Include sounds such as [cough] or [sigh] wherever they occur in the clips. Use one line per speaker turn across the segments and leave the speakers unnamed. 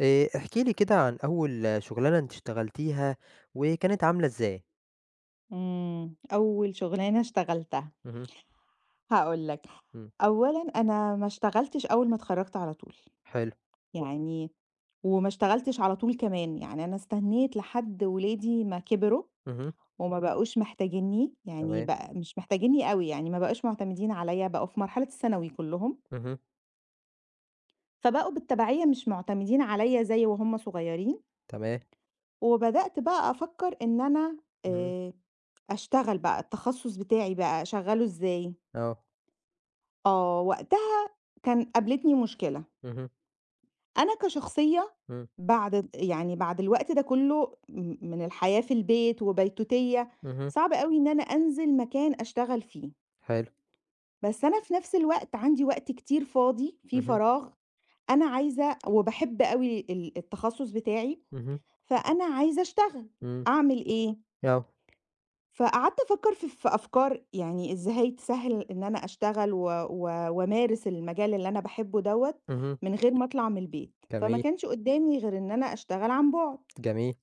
احكِ لي كده عن أول شُغلانة أنتِ اشتغلتيها وكانت عاملة إزاي؟
أول شغلانة اشتغلتها،
اهم،
هاقول لك.
إمم،
أولًا أنا ما اشتغلتش أول ما اتخرّجت على طول،
حلو،
يعني. وما اشتغلتش على طول كمان، يعني أنا استنّيت لحد ولادي ما كبروا
اهم،
وما بقوش محتاجينّي، يعني
تمام،
بقى مش محتاجينّي أوي، يعني ما بقوش معتمدين عليّا، بقوا في مرحلة الثانوي كلّهم،
اهم،
فبقوا بالتبعية مش معتمدين عليّا زي وهُم صغيّرين.
تمام،
وبدأت بقى أفكّر إن أنا
اهم،
آآ أشتغل بقى، التخصُّص بتاعي بقى أشغّله إزاي.
آه،
وقتها كان قابلتني مشكلة.
اهم،
أنا كشخصية،
إمم،
بعد د يعني بعد الوقت ده كله من الحياة في البيت وبيتوتية،
اهم،
صعب أوي إن أنا أنزل مكان أشتغل فيه.
حلو،
بس أنا في نفس الوقت عندي وقت كتير فاضي، في
اهم،
فراغ. أنا عايزة وباحب أوي التخصص بتاعي،
اهم،
فأنا عايزة أشتغل،
إمم،
أعمل إيه؟
آه،
فقعدت أفكّر في أفكار، يعني إزاي تسهّل إن أنا أشتغل و و وأمارس المجال اللي أنا باحبه دوّة
اهم،
من غير ما أطلع من البيت، فما
جميل،
كانش قدّامي غير إن أنا أشتغل عن بُعد.
جميل،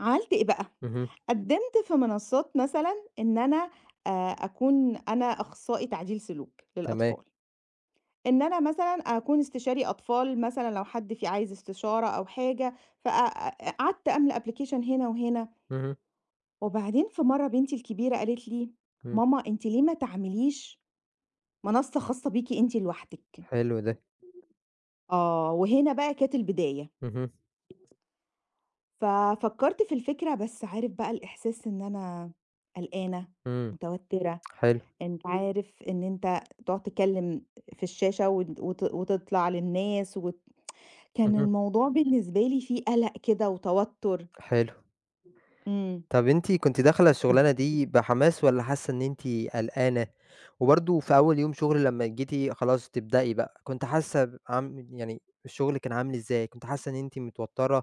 عملت إيه بقى،
اهم،
قدّمت في منصات مثلًا إن أنا آآ أكون أنا أخصائي تعديل سلوك
تمام،
للأطفال، إن أنا مثلًا أكون استشاري أطفال مثلًا لو حد في عايز استشارة أو حاجة. فق قعدت أملى application هنا وهنا.
اهم،
وبعدين في مرة بنتي الكبيرة قالت لي:
إمم،
"ماما أنتِ ليه ما تعمليش منصة خاصة بيكِ أنتِ لوحدِك؟"
حلو ده،
وهنا بقى كانت البداية.
اهم،
ففكرت في الفكرة، بس عارف بقى الإحساس إن أنا قلقانة،
إمم،
متوترة،
حلو،
أنت عارف إن أنت تقعد تتكلم في الشاشة وت وت وتطلع للناس كان
اهم،
الموضوع بالنسبة لي فيه قلق كده وتوتر.
حلو.
إمم.
طب أنتِ كنتِ داخلة الشغلانة دي بحماس والّا حاسة إن أنتِ قلقانة؟ وبرضه في أول يوم شغل لمّا جيتِ خلاص تبدئي بقى، كنتِ حاسة ب عم يعني الشغل كان عامل إزاي؟ كنتِ حاسة إن أنتِ متوترة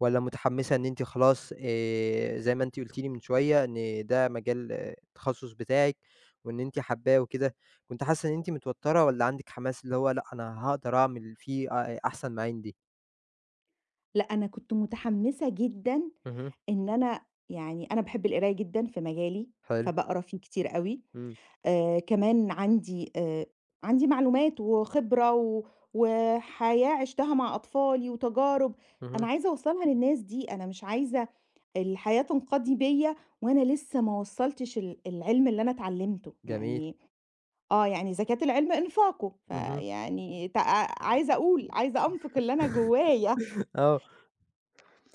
والّا متحمسة إن أنتِ خلاص زي ما أنتِ قلتِ لي من شوية إن ده مجال التخصص بتاعِك وإن أنتِ حاباه وكده، كنتِ حاسة إن أنتِ متوترة والّا عندِك حماس اللي هو لأ أنا هاقدر أعمل فيه أحسن ما عندي؟
لأ، أنا كنت متحمسة جدًا
اهم،
إن أنا، يعني أنا باحب القراية جدًا في مجالي،
حلو،
فباقرا فيه كتير أوي.
إمم،
كمان عندي عندي معلومات وخبرة وحياة عِشتها مع أطفالي وتجارب. أنا
اهم،
عايزة أوصّلها للناس دي، أنا مش عايزة الحياة تنقضي بيّا وأنا لسه ما وصّلتش العلم اللي أنا اتعلّمته،
جميل،
يعني. يعني زكاة العلم إنفاقه،
اهم،
فيعني عايزة أقول، عايزة أنفق اللي أنا جوايا.
[laughs] آه،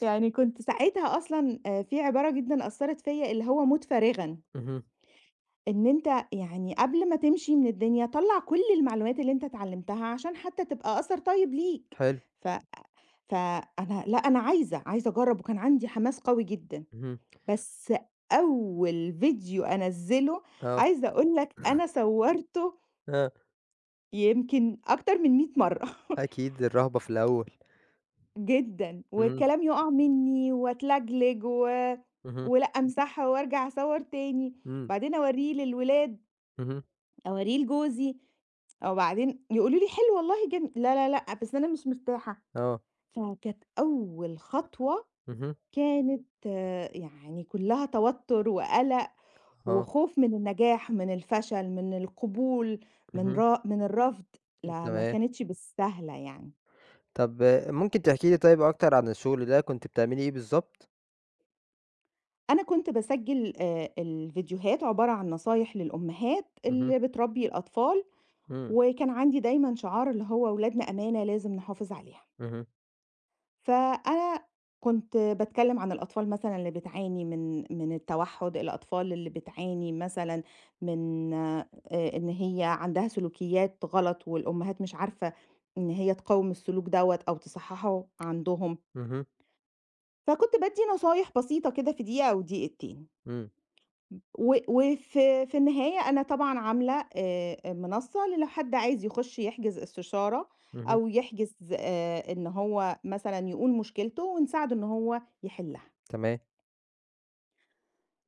يعني كنت ساعتها أصلًا في عبارة جدًا أثّرت فيّا اللي هو مُت فارغًا،
اهم.
إن أنت، يعني قبل ما تمشي من الدنيا طلّع كل المعلومات اللي أنت اتعلمتها عشان حتى تبقى أثر طيب ليك.
حلو،
ف فأنا لأ، أنا عايزة أجرّب، وكان عندي حماس قوي جدًا.
اهم،
بس أول فيديو أنزّله،
آه،
عايزة أقول لك أنا صوّرته
آه،
يمكن أكتر من 100 مرّة. [laughs]
أكيد الرهبة في الأول،
جدًا،
إمم،
والكلام يُقع منّي وأتلجلج
اهم،
ولأ أمسحها وأرجع أصوّر تاني.
إمم،
بعدين أورّيه للولاد،
اهم،
أورّيه لجوزي، وبعدين يقولوا لي: "حلو والله جم". لا، لا، لأ، بس أنا مش مرتاحة.
آه،
فكانت أول خطوة،
اهم،
كانت يعني كلّها توتر وقلق
آه،
وخوف من النجاح، من الفشل، من القبول،
اهم،
من الرفض. لا، ما
تمام.
كانتش بالسهلة يعني.
طب ممكن تحكي لي طيب أكتر عن الشغل ده كنتِ بتعملي إيه بالضبط؟
أنا كنت باسجّل الفيديوهات عبارة عن نصايح للأمهات
اهم،
اللي بتربّي الأطفال،
إمم،
وكان عندي دايمًا شعار اللي هو ولادنا أمانة لازم نحافظ عليها.
اهم،
فأنا كنت باتكلّم عن الأطفال مثلًا اللي بتعاني من التوحُّد، الأطفال اللي بتعاني مثلًا من إن هي عندها سلوكيات غلط والأمهات مش عارفة إن هي تقاوم السلوك دوّة أو تصحّحه عندهم.
اهم،
فكنت بادّي نصايح بسيطة كده في دقيقة أو دقيقتين.
إمم،
و وفي في النهاية أنا طبعًا عاملة منصة لو حد عايز يخش يحجز استشارة،
اهم،
أو يحجز إن هو مثلًا يقول مشكلته ونساعده إن هو يحلها،
تمام،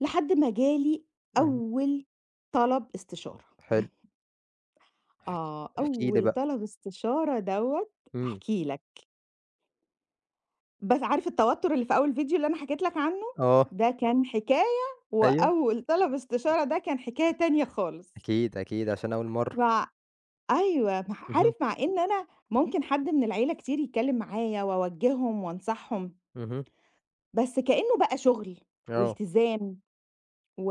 لحد ما جالي
اهم،
أول طلب استشارة.
حلو، احكي لي
أول
بقى،
طلب استشارة دوّة،
إمم،
هاحكي لك. بس عارف التوتر اللي في أول فيديو اللي أنا حكيت لك عنه؟
آه،
ده كان حكاية،
أيوه،
وأول طلب استشارة ده كان حكاية تانية خالص.
أكيد، أكيد عشان أول مرّة،
مع، أيوه،
اهم،
عارف مع إن أنا ممكن حد من العيلة كتير يتكلّم معايا وأوجّههم وأنصحهم،
اهم،
بس كإنه بقى شغل
آه،
والتزام و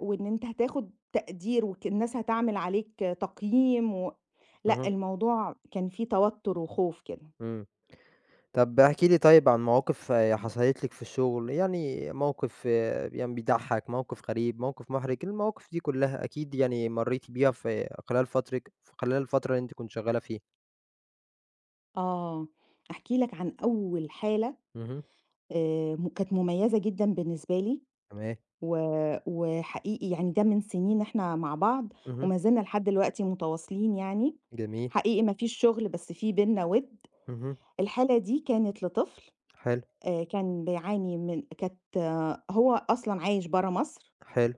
وإن أنت هتاخُد تقدير الناس هتعمل عليك تقييم و لأ،
اهم،
الموضوع كان فيه توتُّر وخوف كده.
إمم. طب احكِ لي طيب عن مواقف حصلت لِك في الشغل، يعني موقف يعني بيضحّك، موقف غريب، موقف محرج، المواقف دي كلّها أكيد يعني مرّيتِ بيها في خلال فترِك في خلال الفترة اللي أنتِ كنتِ شغّالة فيها.
آه، أحكي لك عن أول حالة،
اهم،
م كانت مميّزة جدًا بالنسبة لي.
تمام،
و وحقيقي يعني ده من سنين إحنا مع بعض،
اهم،
وما زلنا لحد دلوقتي متواصلين يعني.
جميل،
حقيقي ما فيش شغل، بس في بيننا وِدّ.
اهم،
الحالة دي كانت لطفل،
حلو،
كان بيعاني من، كانت، هو أصلًا عايش برّه مصر
حلو،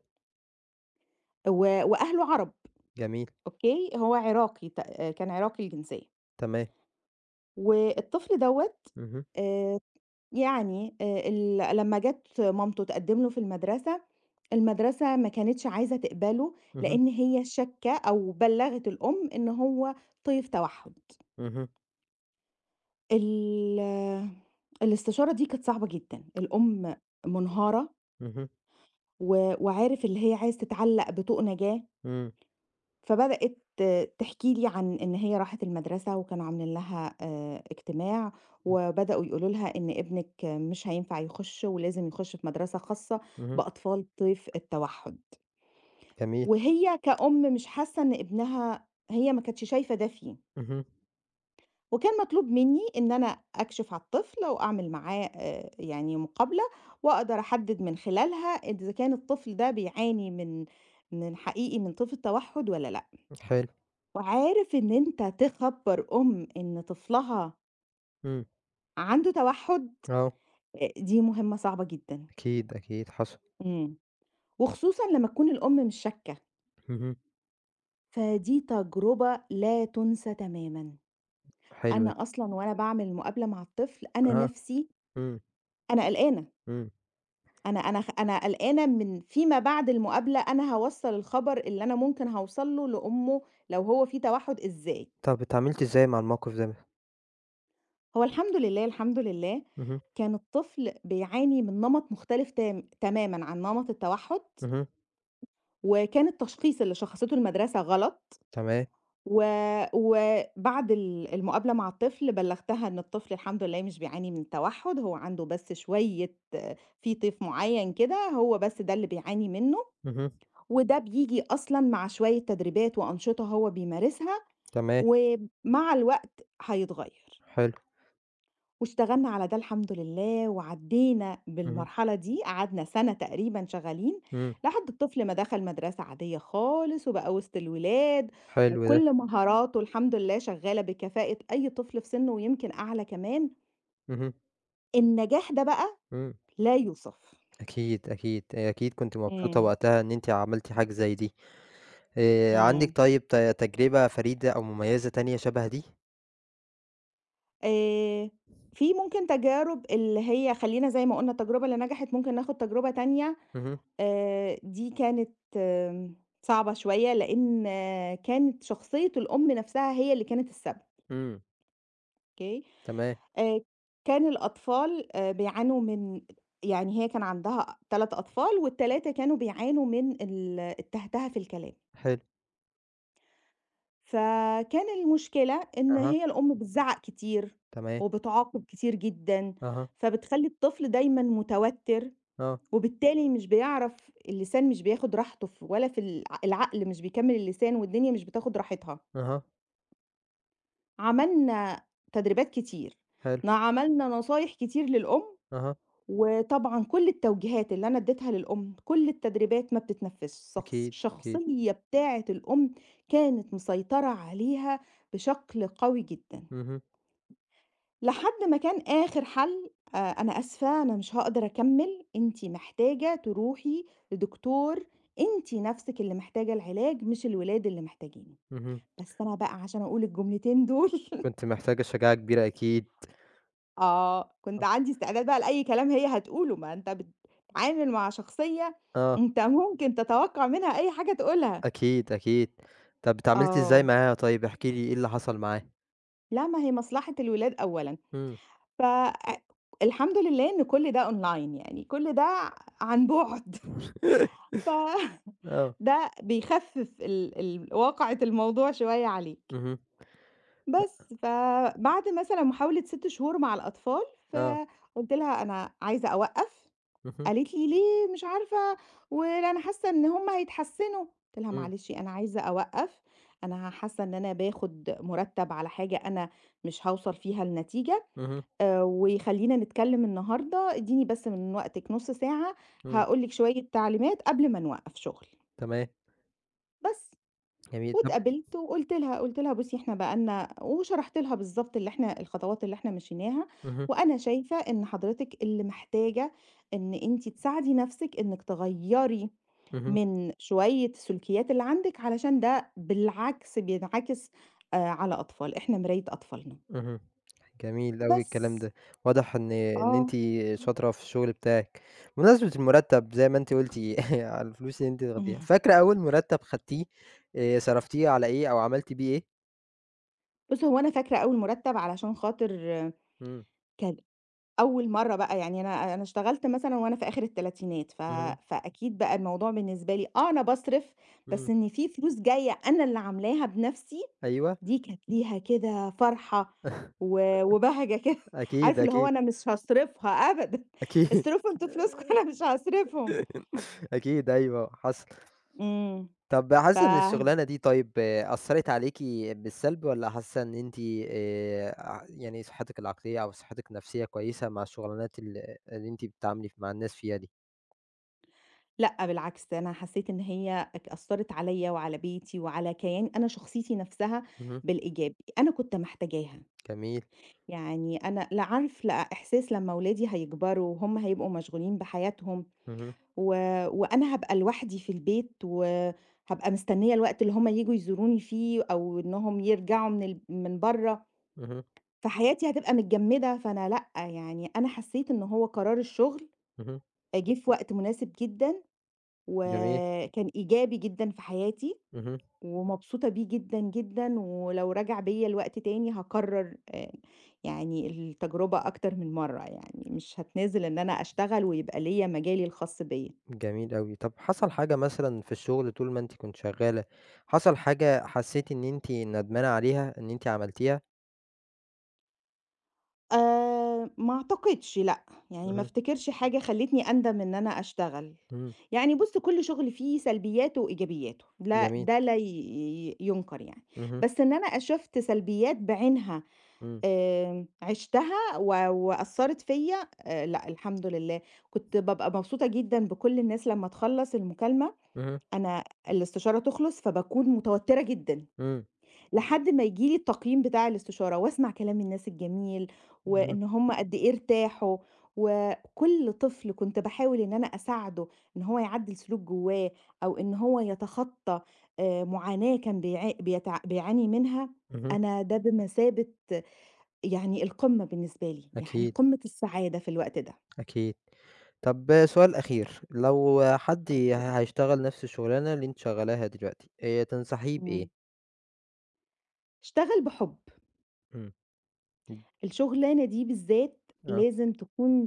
و وأهله عرب،
جميل،
أوكي، هو عراقي ت آه، كان عراقي الجنسية.
تمام،
والطفل دوّة
اهم،
آآ يعني ال لمّا جات مامته تقدّم له في المدرسة، المدرسة ما كانتش عايزة تقبله،
اهم،
لإن هي شاكة أو بلّغت الأم إن هو طيف توحُّد.
اهم،
ال الاستشارة دي كانت صعبة جدًا. الأم منهارة
اهم،
وعارف اللي هي عايز تتعلّق بطوق نجاة،
إمم،
فبدأت تحكي لي عن إن هي راحت المدرسة وكانوا عاملين لها اجتماع،
إمم،
وبدأوا يقولوا لها إن ابنك مش هينفع يخش ولازم يخش في مدرسة خاصة
اهم،
بأطفال طيف التوحد.
جميل،
وهي كأم مش حاسة إن ابنها، هي ما كانتش شايفة ده فيه،
اهم،
وكان مطلوب مني إن أنا أكشف على الطفل وأعمل معاه يعني مقابلة، وأقدر أحدد من خلالها إذا كان الطفل ده بيعاني من حقيقي من طيف التوحد ولا لأ.
حلو،
وعارف إن أنت تخبّر أم إن طفلها
إمم،
عنده توحُّد،
آه،
دي مهمة صعبة جدًا.
أكيد، أكيد حصل،
إمم، وخصوصًا لمّا تكون الأم مش شاكة.
اهم،
فدي تجربة لا تُنسى تمامًا.
حلو ده،
أنا أصلًا وأنا باعمل مقابلة مع الطفل، أنا
أها،
نَفْسي
إمم،
أنا قلقانة.
إمم.
أنا قلقانة من فيما بعد المقابلة، أنا هاوصّل الخبر اللي أنا ممكن هاوصل له لأمه لو هو في توحُّد إزاي.
طَب اتعاملتِ إزاي مع الموقف ده؟
هو الحمد لله، الحمد لله،
اهم،
كان الطفل بيعاني من نمط مختلف تمامًا عن نمط التوحُّد،
اهم،
وكان التشخيص اللي شخصته المدرسة غلط.
تمام،
و وبعد المقابلة مع الطفل بلّغتها إن الطفل الحمد لله مش بيعاني من التوحُّد، هو عنده بس شوية، في طيف معيّن كده، هو بس ده اللي بيعاني منّه،
اهم،
وده بييجي أصلًا مع شوية تدريبات وأنشطة هو بيمارسها،
تمام،
ومع الوقت هيتغيّر.
حلو،
واشتغلنا على ده الحمد لله، وعدّينا
اهم،
بالمرحلة دي، قعدنا سَنة تقريبًا شغّالين،
إمم،
لحد الطفل ما دخل مدرسة عادية خالص، وبقى وسط الولاد،
حلو ده،
وكل مهاراته الحمد لله شغّالة بكفاءة أي طفل في سِنّه ويمكن أعلى كمان.
اهم،
النجاح ده بقى
إمم،
لا يُوصف.
أكيد، أكيد، أكيد كنتِ مبسوطة
إمم،
وقتها إن أنتِ عملتِ حاجة زي دي.
إمم.
عندِك طيب تجربة فريدة أو مميزة تانية شبه دي؟
آآ، في ممكن تجارب اللي هي، خلّينا زي ما قُلنا التجربة اللي نجحت ممكن ناخد تجربة تانية.
اهم،
دي كانت صعبة شوية، لإن كانت شخصية الأم نفسها هي اللي كانت السبب،
إمم،
أوكي؟
تمام،
آآ كان الأطفال بيعانوا من، يعني هي كان عندها 3 أطفال وال3 كانوا بيعانوا من التهتهة في الكلام،
حلو،
فكان المشكلة إن
أها،
هي الأم بتزعّق كتير
تمام،
وبتعاقب كتير جدًا،
أها،
فبتخلّي الطفل دايمًا متوتر،
آه،
وبالتالي مش بيعرف، اللسان مش بياخد راحته ولا في العقل مش بيكمّل اللسان والدنيا مش بتاخد راحتها.
أها،
عملنا تدريبات كتير،
حلو،
عملنا نصايح كتير للأم،
أها،
وطبعًا كل التوجيهات اللي أنا اديتها للأم، كل التدريبات ما بتتنفّذش.
أكيد، أكيد،
الشخصية بتاعة الأم كانت مسيطرة عليها بشكل قوي جدًا.
اهم،
لحد ما كان آخر حل، "أنا آسفة، أنا مش هاقدر أكمّل، أنتِ محتاجة تروحي لدكتور، أنتِ نَفْسِك اللي محتاجة العلاج مش الولاد اللي محتاجينه."
اهم،
بس أنا بقى عشان أقول الجملتين دول. [laughs]
كنتِ محتاجة شجاعة كبيرة أكيد،
آه، كنت عندي استعداد بقى لأي كلام هي هتقوله، ما أنت بتتعامل مع شخصية
آه.
أنت ممكن تتوقّع منها أي حاجة تقولها.
أكيد، أكيد. طب اتعاملتِ إزاي
آه،
معاها طيب، احكي لي إيه اللي حصل معاه؟
لأ، ما هي مصلحة الولاد أولًا.
إمم.
ف الحمد لله إن كل ده online، يعني كل ده عن بُعد.
[laughs]
ف [laughs]
آه،
ده بيخفف ال ال واقعة الموضوع شوية عليك.
اهم،
بس، فبعد مثلًا محاولة 6 شهور مع الأطفال،
آه،
فقُلت لها: "أنا عايزة أوقّف."
اهم،
قالت لي: "ليه؟" مش عارفة، "ولا أنا حاسة إن هم هيتحسنوا." قُلت لها:
إمم،
"معلش أنا عايزة أوقّف، أنا حاسة إن أنا باخد مُرتّب على حاجة أنا مش هاوصل فيها لنتيجة،
اهم،
وخلّينا نتكلم النهارده، ادّيني بس من وقتِك نُص ساعة،
إمم،
هاقول لِك شوية تعليمات قبل ما نوقّف شُغل."
تمام،
بس.
جميل. طب
واتقابلت وقُلت لها: "بُصّي إحنا بقى لنا"، وشرحت لها بالضبط اللي إحنا الخطوات اللي إحنا مشيناها،
اهم،
وأنا شايفة إن حضرتِك اللي محتاجة إن أنتِ تساعدي نَفْسِك إنِّك تغيّري
اهم،
من شوية سلوكيات اللي عندِك، علشان ده بالعكس بينعكس على أطفال، إحنا مراية أطفالنا.
اهم. جميل أوي
بس.
الكلام ده، واضح إن
آه.
أنتِ
[laughs]
شاطرة في الشغل بتاعِك. بمناسبة المرتّب زي ما أنتِ قُلتِ [laughs] على الفلوس اللي أنتِ بتاخديها،
إمم.
فاكرة أول مرتّب خدتيه صرفتيه على إيه أو عملتِ بيه إيه؟
بُصّي، هو أنا فاكرة أول مُرتّب علشان خاطر، آه،
إمم،
كان أول مرّة بقى، يعني أنا اشتغلت مثلًا وأنا في آخر التلاتينات،
اهم،
فأكيد بقى الموضوع بالنسبة لي، أنا باصرف، بس
إمم،
إن في فلوس جاية أنا اللي عاملاها بنَفْسي،
أيوه،
دي كانت ليها كده فرحة
[laughs]
وبهجة كده. [laughs]
أكيد،
عارف اللي هو
أكيد،
أنا مش هاصرفها أبدًا،
أكيد.
اصرفوا أنتم فلوسكم. [laughs] أنا مش هاصرفهم.
أكيد أيوه حصل.
إمم.
طب
ف
حاسة إن الشغلانة دي طيب أثّرت عليكِ بالسلب والّا حاسة إن أنتِ ع يعني صحتِك العقلية أو صحتِك النفسية كويسة مع الشغلانات اللي أنتِ بتتعاملي مع الناس فيها دي؟
لأ، بالعكس أنا حسّيت إن هي أثّرت عليّا وعلى بيتي وعلى كياني أنا، شخصيتي نَفْسها،
اهم،
بالإيجاب. أنا كنت محتاجاها.
جميل،
يعني أنا لا عارف لا إحساس لمّا ولادي هيكبروا وهم هيبقوا مشغولين بحياتهم
اهم،
و وأنا هابقى لوحدي في البيت، وهابقى مستنية الوقت اللي هم ييجوا يزوروني فيه أو إنهم يرجعوا من برّه.
اهم،
فحياتي هتبقى متجمدة، فأنا لأ، يعني أنا حسيت إن هو قرار الشغل
اهم،
جه في وقت مناسب جدًا،
جميل،
وكان إيجابي جدًا في حياتي.
اهم،
ومبسوطة بيه جدًا، جدًا، ولو رَجع بيّا الوقت تاني هاكرّر يعني التجربة أكتر من مرّة يعني، مش هاتنازل إن أنا أشتغل ويبقى ليّا مجالي الخاص بيّا.
جميل أوي. طب حصل حاجة مثلًا في الشغل طول ما أنتِ كنتِ شغالة، حصل حاجة حسيتِ إن أنتِ ندمانة عليها إن أنتِ عملتيها؟
ما أعتقدش لأ، يعني ما
اهم،
أفتكرش حاجة خلّتني أندم إن أنا أشتغل.
إمم،
يعني بُص، كل شغل فيه سلبياته وإيجابياته، لا
جميل،
ده لا ي ي يُنكر يعني.
اهم،
بس إن أنا شُفت سلبيات بعينها،
إمم،
عِشتها وأثّرت فيّا، لأ الحمد لله، كنت بابقى مبسوطة جدًا بكل الناس لمّا تخلّص المكالمة.
اهم،
أنا الاستشارة تخلص فباكون متوترة جدًا،
إمم،
لحد ما ييجي لي التقييم بتاع الاستشارة وأسمع كلام الناس الجميل،
اهم،
وإن هُم قد إيه ارتاحوا. وكل طفل كنت باحاول إن أنا أساعده إن هو يعدّل سلوك جوّاه، أو إن هو يتخطى معاناة كان بيعاني منها.
اهم.
أنا ده بمثابة، يعني القمة بالنسبة لي، يعني
أكيد،
قمة السعادة في الوقت ده.
أكيد. طب سؤال أخير، لو حد هيشتغل نفس الشغلانة اللي أنتِ شغّالاها دلوقتي، تنصحيه بإيه؟
إمم. اشتغل بحُب.
إمم. إمم.
الشغلانة دي بالذات
آه،
لازم تكون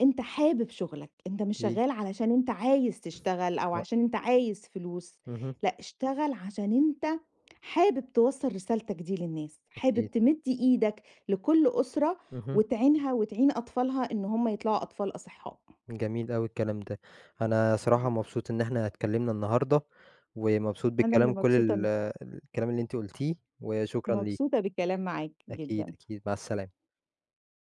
أنت حابب شغلك، أنت مش
أكيد،
شغّال علشان أنت عايز تشتغل أو
لأ،
عشان أنت عايز فلوس،
اهم،
لأ اشتغل عشان أنت حابب توصّل رسالتك دي للناس، حابب
أكيد،
تمِد إيدك لكل أسرة
اهم،
وتعينها وتعين أطفالها إن هم يطلعوا أطفال أصِحّاء.
جميل أوي الكلام ده. أنا صراحة
إمم.
مبسوط إن إحنا اتكلّمنا النهارده، ومبسوط
أنا اللي
بالكلام كل
مبسوطة م
الكلام اللي أنتِ قُلتيه، وشكرًا ليكِ.
مبسوطة بالكلام معاك
أكيد،
جدًا.
أكيد، مع السلامة.